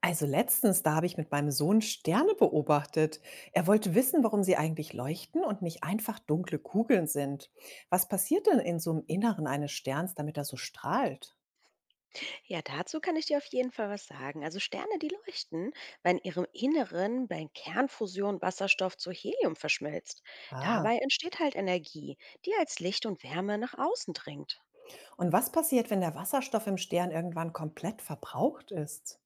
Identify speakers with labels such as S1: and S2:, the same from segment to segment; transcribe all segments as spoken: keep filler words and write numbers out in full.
S1: Also letztens, da habe ich mit meinem Sohn Sterne beobachtet. Er wollte wissen, warum sie eigentlich leuchten und nicht einfach dunkle Kugeln sind. Was passiert denn in so einem Inneren eines Sterns, damit er so strahlt?
S2: Ja, dazu kann ich dir auf jeden Fall was sagen. Also Sterne, die leuchten, weil in ihrem Inneren bei Kernfusion Wasserstoff zu Helium verschmilzt.
S1: Ah,
S2: Dabei entsteht halt Energie, die als Licht und Wärme nach außen dringt.
S1: und was passiert, wenn der Wasserstoff im Stern irgendwann komplett verbraucht ist?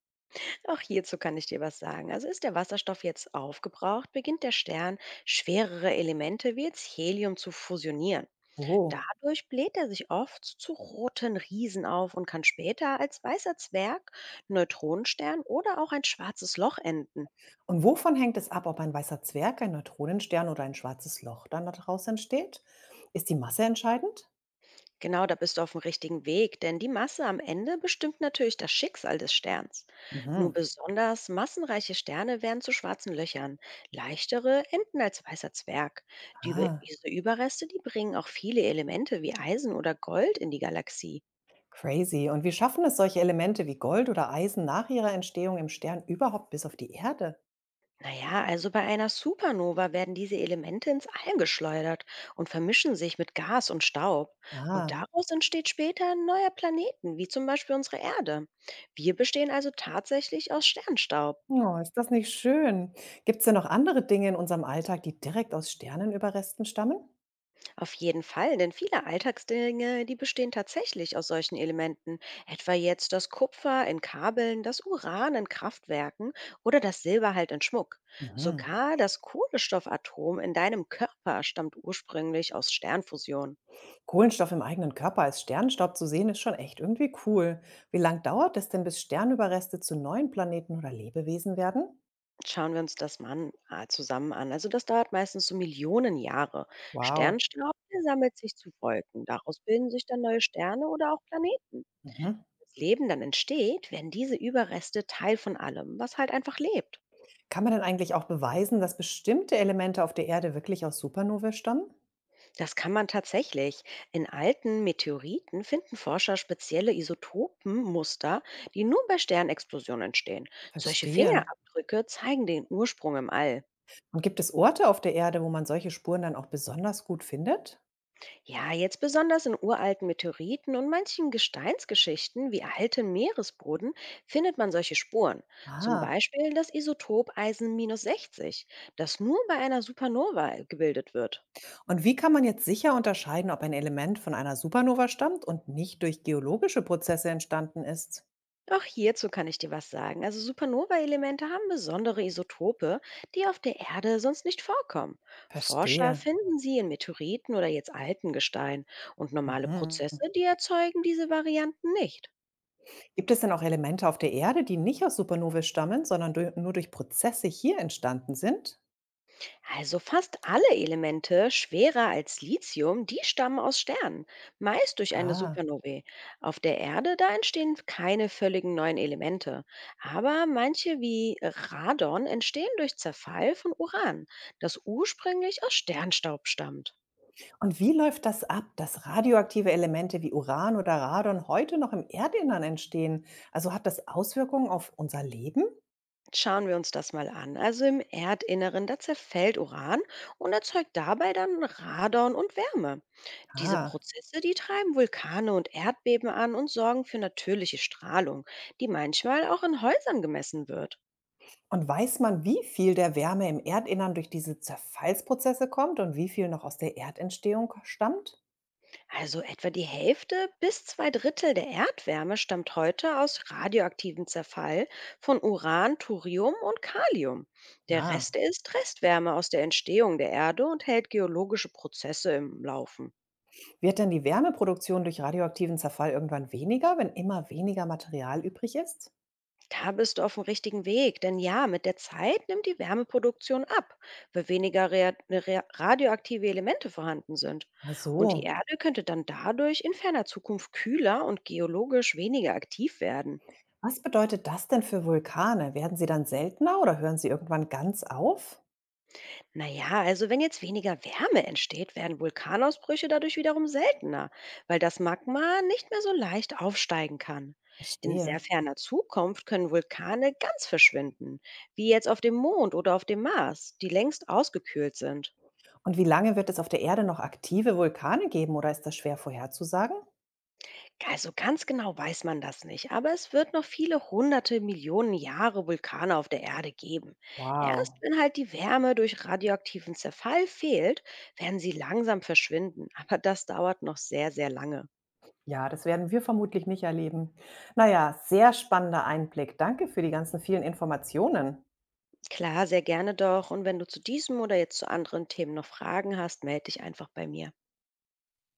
S2: Auch hierzu kann ich dir was sagen. Also ist der Wasserstoff jetzt aufgebraucht, beginnt der Stern, schwerere Elemente wie jetzt Helium zu fusionieren.
S1: Oh.
S2: Dadurch bläht er sich oft zu roten Riesen auf und kann später als weißer Zwerg, Neutronenstern oder auch ein schwarzes Loch enden.
S1: Und wovon hängt es ab, ob ein weißer Zwerg, ein Neutronenstern oder ein schwarzes Loch dann daraus entsteht? Ist die Masse entscheidend?
S2: Genau, da bist du auf dem richtigen Weg, denn die Masse am Ende bestimmt natürlich das Schicksal des Sterns. Nur
S1: Mhm.
S2: besonders massenreiche Sterne werden zu schwarzen Löchern. Leichtere enden als weißer Zwerg. Die, Über-
S1: Ah.
S2: diese Überreste, die bringen auch viele Elemente wie Eisen oder Gold in die Galaxie.
S1: Crazy. Und wie schaffen es solche Elemente wie Gold oder Eisen nach ihrer Entstehung im Stern überhaupt bis auf die Erde?
S2: Naja, also bei einer Supernova werden diese Elemente ins All geschleudert und vermischen sich mit Gas und Staub. Und
S1: Ah,
S2: daraus entsteht später ein neuer Planeten, wie zum Beispiel unsere Erde. Wir bestehen also tatsächlich aus Sternstaub.
S1: oh, ist das nicht schön? Gibt es denn noch andere Dinge in unserem Alltag, die direkt aus Sternenüberresten stammen?
S2: Auf jeden Fall, denn viele Alltagsdinge, die bestehen tatsächlich aus solchen Elementen, etwa jetzt das Kupfer in Kabeln, das Uran in Kraftwerken oder das Silber halt in Schmuck.
S1: Mhm.
S2: Sogar das Kohlenstoffatom in deinem Körper stammt ursprünglich aus Sternfusion.
S1: Kohlenstoff im eigenen Körper als Sternenstaub zu sehen, ist schon echt irgendwie cool. Wie lange dauert es denn, bis Sternüberreste zu neuen Planeten oder Lebewesen werden?
S2: Schauen wir uns das mal an, ah, zusammen an. Also das dauert meistens so Millionen Jahre.
S1: Wow.
S2: Sternstaub der sammelt sich zu Wolken. Daraus bilden sich dann neue Sterne oder auch Planeten.
S1: Mhm.
S2: Das Leben dann entsteht, werden diese Überreste Teil von allem, was halt einfach lebt.
S1: Kann man denn eigentlich auch beweisen, dass bestimmte Elemente auf der Erde wirklich aus Supernovae stammen?
S2: Das kann man tatsächlich. In alten Meteoriten finden Forscher spezielle Isotopenmuster, die nur bei Sternexplosionen entstehen. Solche
S1: Verstehe.
S2: Fingerabdrücke zeigen den Ursprung im All.
S1: Und gibt es Orte auf der Erde, wo man solche Spuren dann auch besonders gut findet?
S2: Ja, jetzt besonders in uralten Meteoriten und manchen Gesteinsgeschichten wie alten Meeresboden findet man solche Spuren. Zum
S1: Ah.
S2: Beispiel das Isotop Eisen minus sechzig, minus sechzig, das nur bei einer Supernova gebildet wird.
S1: Und wie kann man jetzt sicher unterscheiden, ob ein Element von einer Supernova stammt und nicht durch geologische Prozesse entstanden ist?
S2: Auch hierzu kann ich dir was sagen. Also Supernova-Elemente haben besondere Isotope, die auf der Erde sonst nicht vorkommen. Forscher
S1: Verstehe.
S2: finden sie in Meteoriten oder jetzt alten Gestein und normale
S1: Mhm.
S2: Prozesse, die erzeugen diese Varianten nicht.
S1: Gibt es denn auch Elemente auf der Erde, die nicht aus Supernovae stammen, sondern du nur durch Prozesse hier entstanden sind?
S2: Also fast alle Elemente schwerer als Lithium, die stammen aus Sternen, meist durch eine
S1: Ah.
S2: Supernovae. Auf der Erde, da entstehen keine völligen neuen Elemente, aber manche wie Radon entstehen durch Zerfall von Uran, das ursprünglich aus Sternstaub stammt.
S1: Und wie läuft das ab, dass radioaktive Elemente wie Uran oder Radon heute noch im Erdinnern entstehen? Also hat das Auswirkungen auf unser Leben?
S2: Schauen wir uns das mal an. Also im Erdinneren, da zerfällt Uran und erzeugt dabei dann Radon und Wärme. Diese
S1: Ah.
S2: Prozesse, die treiben Vulkane und Erdbeben an und sorgen für natürliche Strahlung, die manchmal auch in Häusern gemessen wird.
S1: Und weiß man, wie viel der Wärme im Erdinnern durch diese Zerfallsprozesse kommt und wie viel noch aus der Erdentstehung stammt?
S2: Also etwa die Hälfte bis zwei Drittel der Erdwärme stammt heute aus radioaktivem Zerfall von Uran, Thorium und Kalium. Der
S1: Ah.
S2: Rest ist Restwärme aus der Entstehung der Erde und hält geologische Prozesse im Laufen.
S1: Wird denn die Wärmeproduktion durch radioaktiven Zerfall irgendwann weniger, wenn immer weniger Material übrig ist?
S2: Da bist du auf dem richtigen Weg, denn ja, mit der Zeit nimmt die Wärmeproduktion ab, weil weniger rea- rea- radioaktive Elemente vorhanden sind.
S1: Ach
S2: Und die Mhm.
S1: so.
S2: Erde könnte dann dadurch in ferner Zukunft kühler und geologisch weniger aktiv werden.
S1: Was bedeutet das denn für Vulkane? Werden sie dann seltener oder hören sie irgendwann ganz auf?
S2: Naja, also wenn jetzt weniger Wärme entsteht, werden Vulkanausbrüche dadurch wiederum seltener, weil das Magma nicht mehr so leicht aufsteigen kann. In sehr
S1: Verstehe.
S2: ferner Zukunft können Vulkane ganz verschwinden, wie jetzt auf dem Mond oder auf dem Mars, die längst ausgekühlt sind.
S1: Und wie lange wird es auf der Erde noch aktive Vulkane geben oder ist das schwer vorherzusagen?
S2: Also ganz genau weiß man das nicht, aber es wird noch viele hunderte Millionen Jahre Vulkane auf der Erde geben. Erst
S1: Wow.
S2: wenn halt die Wärme durch radioaktiven Zerfall fehlt, werden sie langsam verschwinden, aber das dauert noch sehr, sehr lange.
S1: Ja, das werden wir vermutlich nicht erleben. Na ja, sehr spannender Einblick. Danke für die ganzen vielen Informationen.
S2: Klar, sehr gerne doch. Und wenn du zu diesem oder jetzt zu anderen Themen noch Fragen hast, melde dich einfach bei mir.